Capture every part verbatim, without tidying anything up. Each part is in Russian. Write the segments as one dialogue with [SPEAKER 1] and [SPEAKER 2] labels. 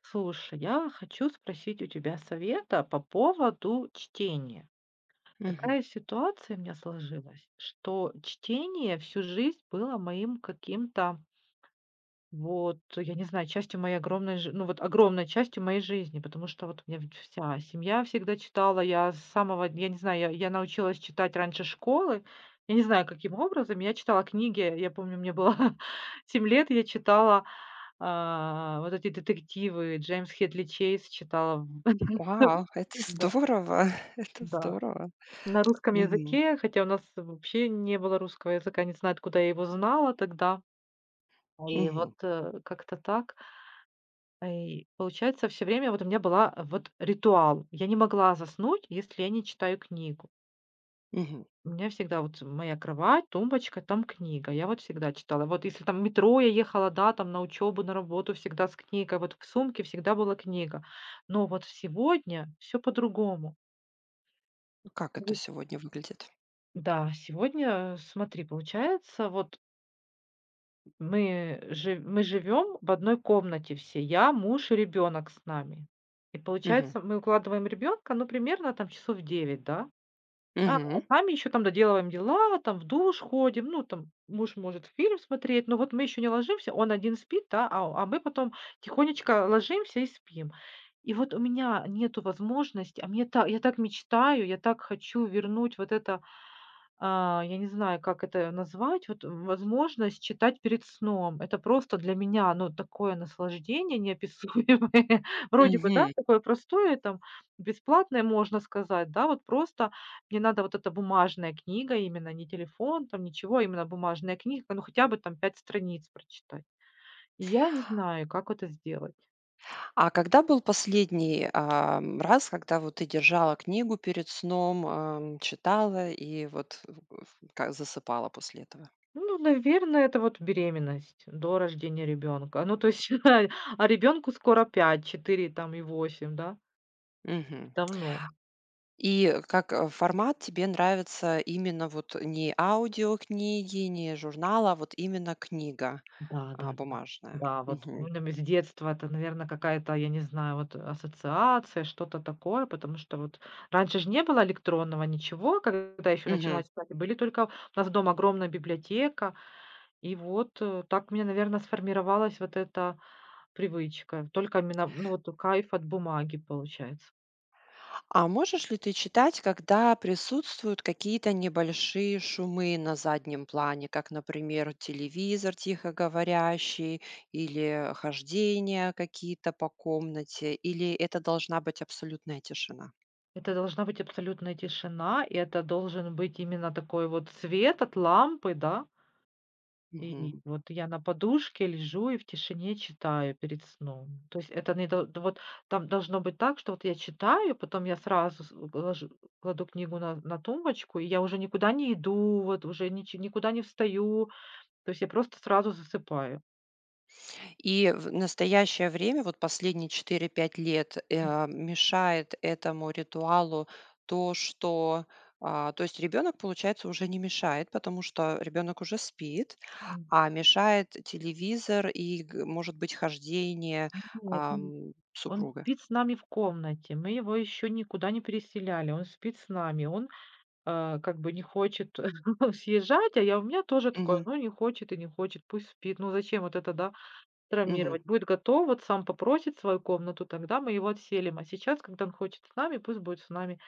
[SPEAKER 1] Слушай, я хочу спросить у тебя совета по поводу чтения.
[SPEAKER 2] Мгм.
[SPEAKER 1] Такая ситуация у меня сложилась, что чтение всю жизнь было моим каким-то, вот, я не знаю, частью моей огромной, жи- ну вот огромной частью моей жизни, потому что вот у меня ведь вся семья всегда читала, я с самого, я не знаю, я, я научилась читать раньше школы, я не знаю, каким образом, я читала книги. Я помню, мне было семь лет, я читала а, вот эти детективы Джеймс Хедли Чейз, читала в
[SPEAKER 2] Вау, это
[SPEAKER 1] Да,
[SPEAKER 2] здорово, это
[SPEAKER 1] да.
[SPEAKER 2] здорово.
[SPEAKER 1] На русском
[SPEAKER 2] Мгм,
[SPEAKER 1] языке, хотя у нас вообще не было русского языка, не знаю, откуда я его знала тогда. И вот,
[SPEAKER 2] мгм,
[SPEAKER 1] э, как-то так. И получается, все время вот у меня была э, вот ритуал. Я не могла заснуть, если я не читаю книгу.
[SPEAKER 2] мгм.
[SPEAKER 1] У меня всегда вот моя кровать, тумбочка, там книга. Я вот всегда читала. Вот если там в метро я ехала, да, там на учебу, на работу, всегда с книгой. Вот в сумке всегда была книга. Но вот сегодня все по-другому.
[SPEAKER 2] Ну, Как это
[SPEAKER 1] Мгм.
[SPEAKER 2] сегодня выглядит?
[SPEAKER 1] Да, сегодня, э, смотри, получается, вот мы, жи- мы живем в одной комнате все, я, муж и ребенок с нами. И
[SPEAKER 2] Мгм,
[SPEAKER 1] получается, мы укладываем ребенка, ну, примерно там часов девять, да? А,
[SPEAKER 2] мгм,
[SPEAKER 1] а сами еще там доделываем дела, там в душ ходим, ну, там муж может фильм смотреть, но вот мы еще не ложимся, он один спит, да, а а мы потом тихонечко ложимся и спим. И вот у меня нету возможности, а мне так, я так мечтаю, я так хочу вернуть вот это, а, я не знаю, как это назвать, вот возможность читать перед сном. Это просто для меня, ну, такое наслаждение неописуемое. Вроде бы, да,
[SPEAKER 2] мгм.
[SPEAKER 1] такое простое, там, бесплатное, можно сказать, да, вот просто мне надо вот эта бумажная книга, именно не телефон, там ничего, а именно бумажная книга, ну, хотя бы там пять страниц прочитать. И я не знаю, как это сделать.
[SPEAKER 2] А когда был последний, ам, раз, когда вот ты держала книгу перед сном, ам, читала и вот в в засыпала после этого?
[SPEAKER 1] Ну, наверное, это вот беременность до рождения ребенка. Ну, то есть, а ребенку скоро пять, четыре там и восемь, да.
[SPEAKER 2] Мгм.
[SPEAKER 1] Давно.
[SPEAKER 2] И как, э, формат тебе нравится именно вот не аудиокниги, не журнал, а вот именно книга,
[SPEAKER 1] Да,
[SPEAKER 2] а,
[SPEAKER 1] да, да.
[SPEAKER 2] бумажная?
[SPEAKER 1] Да, вот
[SPEAKER 2] Мгм,
[SPEAKER 1] именно с детства это, наверное, какая-то, я не знаю, вот ассоциация, что-то такое, потому что вот раньше же не было электронного ничего, когда еще
[SPEAKER 2] мгм.
[SPEAKER 1] начинала читать, были только у нас дома огромная библиотека, и вот, э, так у меня, наверное, сформировалась вот эта привычка. Только именно, ну, вот кайф от бумаги получается.
[SPEAKER 2] А можешь ли ты читать, когда присутствуют какие-то небольшие шумы на заднем плане, как, например, телевизор тихоговорящий или хождения какие-то по комнате, или это должна быть абсолютная тишина?
[SPEAKER 1] Это должна быть абсолютная тишина, и это должен быть именно такой вот свет от лампы, да? И вот я на подушке лежу и в тишине читаю перед сном. То есть это не до вот, там должно быть так, что вот я читаю, потом я сразу с э, ложу, кладу книгу на на тумбочку, и я уже никуда не иду, вот уже нич никуда не встаю. То есть я просто сразу засыпаю.
[SPEAKER 2] И в настоящее время, вот последние четыре-пять лет,
[SPEAKER 1] М,
[SPEAKER 2] э, мешает этому ритуалу то, что а, то есть ребенок, получается, уже не мешает, потому что ребенок уже спит,
[SPEAKER 1] м.
[SPEAKER 2] а мешает телевизор и, г- может быть, хождение
[SPEAKER 1] Нет, м,
[SPEAKER 2] ам,
[SPEAKER 1] он
[SPEAKER 2] супруга.
[SPEAKER 1] спит с нами в комнате, мы его еще никуда не переселяли, он спит с нами, он, э, как бы не хочет съезжать, а я, у меня тоже такое:
[SPEAKER 2] Мгм.
[SPEAKER 1] ну, не хочет и не хочет, пусть спит, ну, зачем вот это, да?
[SPEAKER 2] Мгм.
[SPEAKER 1] Травмировать. Будет готов, вот сам попросит свою комнату, тогда мы его отселим. А сейчас, когда он хочет с нами, пусть будет с нами.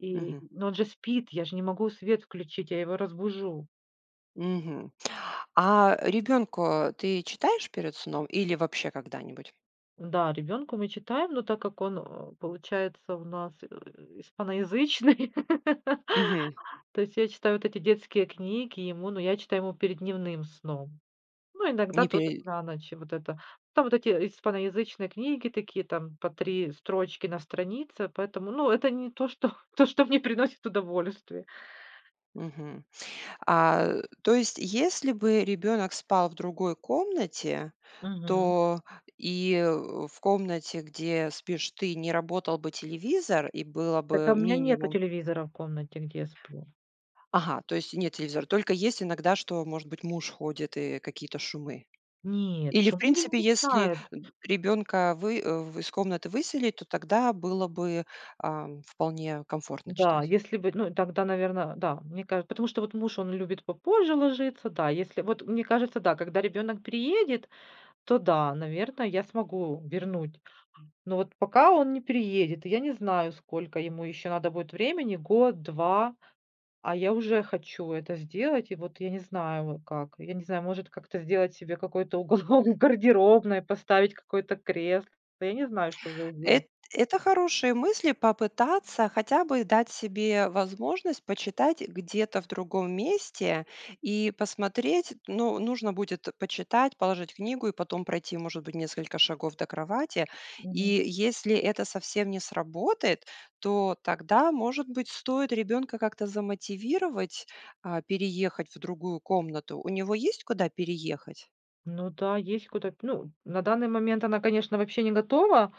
[SPEAKER 1] И
[SPEAKER 2] Мгм.
[SPEAKER 1] но он же спит, я же не могу свет включить, я его разбужу.
[SPEAKER 2] Мгм. А ребенку ты читаешь перед сном или вообще когда-нибудь?
[SPEAKER 1] Да, ребенку мы читаем, но так как он, э, получается, у нас, э, испаноязычный,
[SPEAKER 2] Мгм.
[SPEAKER 1] то есть я читаю вот эти детские книги ему, но я читаю ему перед дневным сном. Ну, иногда
[SPEAKER 2] Не
[SPEAKER 1] тоже
[SPEAKER 2] перед.
[SPEAKER 1] на ночь вот это. Там вот эти испаноязычные книги такие, там по три строчки на странице, поэтому, ну, это не то, что то, что мне приносит удовольствие.
[SPEAKER 2] А, то есть, если бы ребенок спал в другой комнате,
[SPEAKER 1] Мгм.
[SPEAKER 2] то и, э, в комнате, где спишь ты, не работал бы телевизор, и было
[SPEAKER 1] Так,
[SPEAKER 2] бы
[SPEAKER 1] а у меня нету
[SPEAKER 2] минимум.
[SPEAKER 1] телевизора в комнате, где я сплю.
[SPEAKER 2] Ага, то есть нет телевизора. Только есть иногда, что, может быть, муж ходит и какие-то шумы.
[SPEAKER 1] Нет,
[SPEAKER 2] Или, в
[SPEAKER 1] шум он меня
[SPEAKER 2] принципе,
[SPEAKER 1] не
[SPEAKER 2] если
[SPEAKER 1] мешает.
[SPEAKER 2] ребенка вы э, в из комнаты выселить, то тогда было бы, ам, вполне комфортно
[SPEAKER 1] Да,
[SPEAKER 2] читать.
[SPEAKER 1] если бы, ну, тогда, наверное, да, мне кажется, потому что вот муж, он любит попозже ложиться, да, если, вот мне кажется, да, когда ребенок приедет, то да, наверное, я смогу вернуть. Но вот пока он не переедет, и я не знаю, сколько ему еще надо будет времени, год, два, а я уже хочу это сделать. И вот я не знаю как. Я не знаю, может, как-то сделать себе какой-то уголок в гардеробной, поставить какой то кресло. Я не знаю, что уже сделать.
[SPEAKER 2] Эт Это хорошие мысли попытаться хотя бы дать себе возможность почитать где-то в другом месте и посмотреть. Ну, нужно будет почитать, положить книгу и потом пройти, может быть, несколько шагов до кровати. И
[SPEAKER 1] Мгм.
[SPEAKER 2] если это совсем не сработает, то тогда, может быть, стоит ребенка как-то замотивировать, а, переехать в другую комнату. У него есть куда переехать?
[SPEAKER 1] Ну да, есть куда. Ну, на данный момент она, конечно, вообще не готова.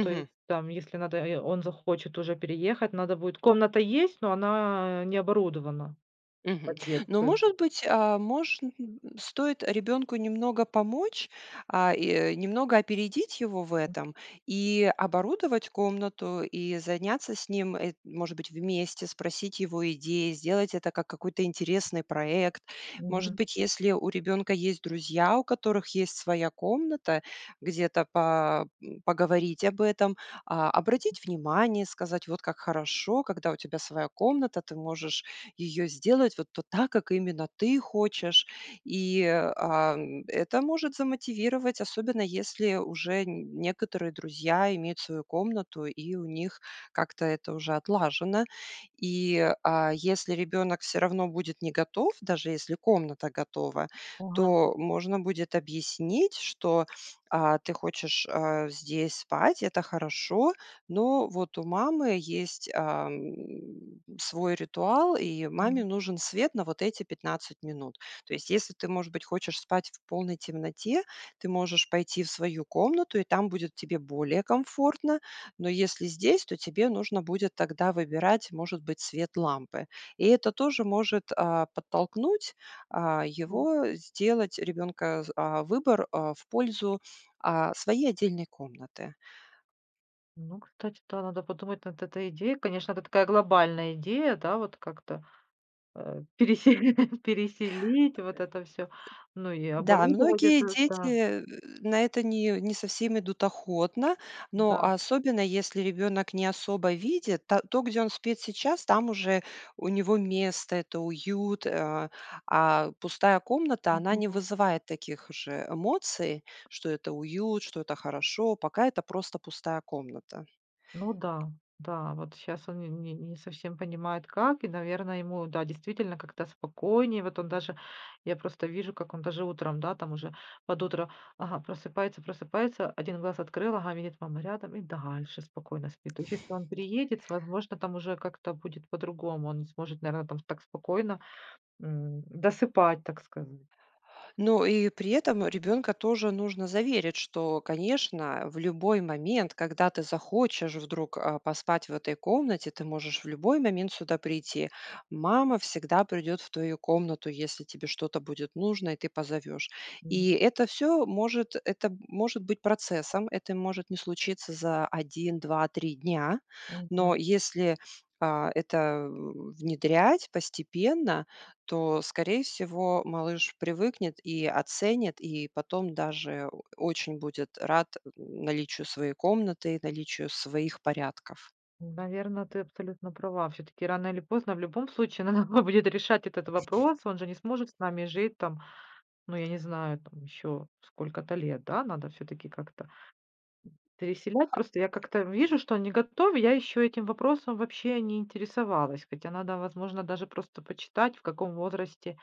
[SPEAKER 1] То есть там, если надо, э, он захочет уже переехать, надо будет. Комната есть, но она не оборудована
[SPEAKER 2] Мгм.
[SPEAKER 1] под
[SPEAKER 2] Но,
[SPEAKER 1] детскую.
[SPEAKER 2] может быть, а, мож м, стоит ребенку немного помочь, а, и немного опередить его в этом и оборудовать комнату, и заняться с ним, э, может быть, вместе, спросить его идеи, сделать это как какой-то интересный проект.
[SPEAKER 1] Мгм.
[SPEAKER 2] Может
[SPEAKER 1] Мгм.
[SPEAKER 2] быть, если у ребенка есть друзья, у которых есть своя комната, где-то по- м, поговорить об этом, а, обратить внимание, сказать, вот как хорошо, когда у тебя своя комната, ты можешь её сделать вот то так, как именно ты хочешь. И, а, м, это может замотивировать, особенно если уже н некоторые друзья имеют свою комнату и у них как-то это уже отлажено. И, а, если ребенок все равно будет не готов, даже если комната готова,
[SPEAKER 1] Ага.
[SPEAKER 2] то можно будет объяснить, что, а, ты хочешь, а, здесь спать, это хорошо, но вот у мамы есть, а, м, свой ритуал, и маме нужен свет на вот эти пятнадцать минут. То есть если ты, может быть, хочешь спать в полной темноте, ты можешь пойти в свою комнату, и там будет тебе более комфортно. Но если здесь, то тебе нужно будет тогда выбирать, может быть, свет лампы. И это тоже может, а, подтолкнуть, а, его сделать ребенка а, выбор, а, в пользу, а, своей отдельной комнаты.
[SPEAKER 1] Ну, кстати, да, надо подумать над этой идеей. Конечно, это такая глобальная идея, да, вот как-то э, пересе- переселить вот это все, ну и
[SPEAKER 2] Да,
[SPEAKER 1] оборудовать
[SPEAKER 2] многие
[SPEAKER 1] это,
[SPEAKER 2] дети
[SPEAKER 1] да,
[SPEAKER 2] э, на это не, не совсем идут охотно, но
[SPEAKER 1] да.
[SPEAKER 2] особенно если ребенок не особо видит, та- то, где он спит сейчас, там уже у него место, это уют, э, а пустая комната, она не
[SPEAKER 1] Мгм.
[SPEAKER 2] вызывает таких же эмоций, что это уют, что это хорошо, пока это просто пустая комната.
[SPEAKER 1] Ну да, да, вот сейчас он не не не совсем понимает, как, и, наверное, ему, да, действительно как-то спокойнее. Вот он даже, я просто вижу, как он даже утром, да, там уже под утро, ага, просыпается, просыпается, один глаз открыл, ага, видит, мама рядом, и дальше спокойно спит. То есть если он приедет, возможно, там уже как-то будет по-другому. Он не сможет, наверное, там так спокойно, м, досыпать, так сказать.
[SPEAKER 2] Ну и при этом ребенка тоже нужно заверить, что, конечно, в любой момент, когда ты захочешь вдруг а, поспать в этой комнате, ты можешь в любой момент сюда прийти. Мама всегда придет в твою комнату, если тебе что-то будет нужно, и ты позовешь.
[SPEAKER 1] М,
[SPEAKER 2] И это все может, это может быть процессом, это может не случиться за один, два, три дня, но
[SPEAKER 1] мгм.
[SPEAKER 2] если а, это м, внедрять постепенно, то, скорее всего, малыш привыкнет и оценит, и потом даже о- очень будет рад м, наличию своей комнаты, наличию своих порядков.
[SPEAKER 1] Наверное, ты абсолютно права. Все таки рано или поздно, в любом случае, надо будет решать этот вопрос. Он же не сможет с нами жить там, ну, я не знаю, там еще сколько-то лет, да. Надо все-таки как-то переселять. Просто я как-то вижу, что он не готов. Я еще этим вопросом вообще не интересовалась. Хотя надо, возможно, даже просто почитать, в каком возрасте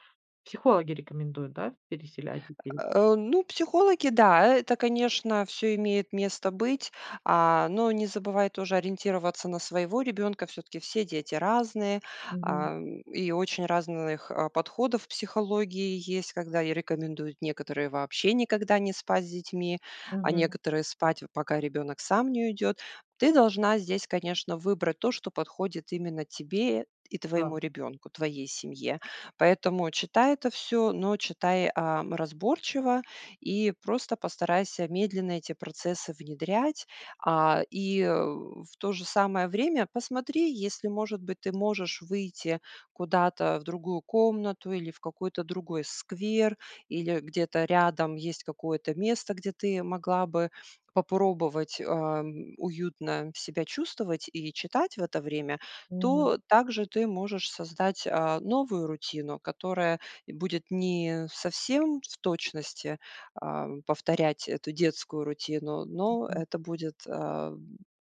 [SPEAKER 1] психологи рекомендуют, да, переселять детей.
[SPEAKER 2] Э, ну, психологи, да, это, конечно, все имеет место быть, а, но не забывай тоже ориентироваться на своего ребенка. Все таки все дети разные,
[SPEAKER 1] Мгм.
[SPEAKER 2] ам, и очень разных, а, подходов в психологии есть, когда и рекомендуют некоторые вообще никогда не спать с детьми, а
[SPEAKER 1] Мгм.
[SPEAKER 2] некоторые спать, пока ребенок сам не уйдет. Ты должна здесь, конечно, выбрать то, что подходит именно тебе и твоему
[SPEAKER 1] Да.
[SPEAKER 2] ребенку, твоей семье. Поэтому читай это все, но читай, ам, разборчиво и просто постарайся медленно эти процессы внедрять. А, и, э, в то же самое время посмотри, если, может быть, ты можешь выйти куда-то в другую комнату или в какой-то другой сквер, или где-то рядом есть какое-то место, где ты могла бы попробовать, ам, уютно себя чувствовать и читать в это время, то также ты можешь создать, а, новую рутину, которая будет не совсем в точности, а, повторять эту детскую рутину, но
[SPEAKER 1] Мгм.
[SPEAKER 2] это будет, а,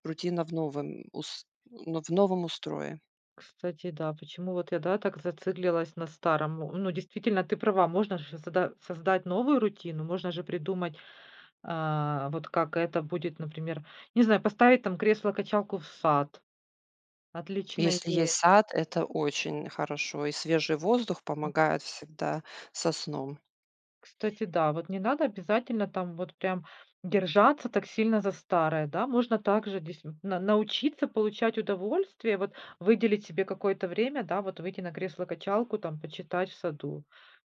[SPEAKER 2] рутина в новом ус ну, в новом устрое.
[SPEAKER 1] Кстати, да, почему вот я, да, так зациклилась на старом? Ну, ну, действительно, ты права, можно же сода- создать новую рутину, можно же придумать, а, вот как это будет, например, не знаю, поставить там кресло-качалку в сад. Отличная
[SPEAKER 2] Если есть
[SPEAKER 1] идея.
[SPEAKER 2] сад, это очень хорошо, и свежий воздух помогает всегда со сном.
[SPEAKER 1] Кстати, да, вот не надо обязательно там вот прям держаться так сильно за старое, да, можно также здесь на- научиться получать удовольствие, вот выделить себе какое-то время, да, вот выйти на кресло-качалку, там, почитать в саду.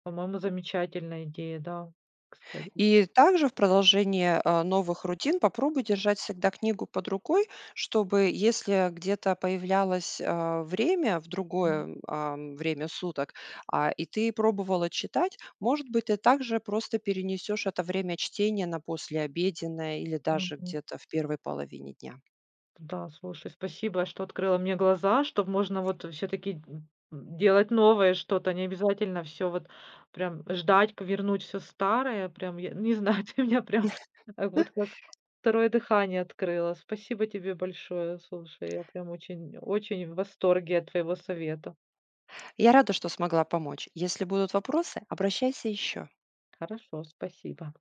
[SPEAKER 1] По-моему, замечательная идея, да, кстати.
[SPEAKER 2] И также в продолжение, а, новых рутин попробуй держать всегда книгу под рукой, чтобы если где-то появлялось, а, время в
[SPEAKER 1] Мгм,
[SPEAKER 2] другое, ам, время суток, а, и ты пробовала читать, может быть, ты также просто перенесешь это время чтения на послеобеденное или даже
[SPEAKER 1] мгм.
[SPEAKER 2] где-то в первой половине дня.
[SPEAKER 1] Да, слушай, спасибо, что открыла мне глаза, что можно вот все-таки делать новое что-то, не обязательно все вот прям ждать, к- вернуть все старое, прям, я не знаю, ты меня прям э, вот как второе дыхание открыла. Спасибо тебе большое, слушай, я прям очень, очень в восторге от твоего совета.
[SPEAKER 2] Я рада, что смогла помочь. Если будут вопросы, обращайся еще.
[SPEAKER 1] Хорошо, спасибо.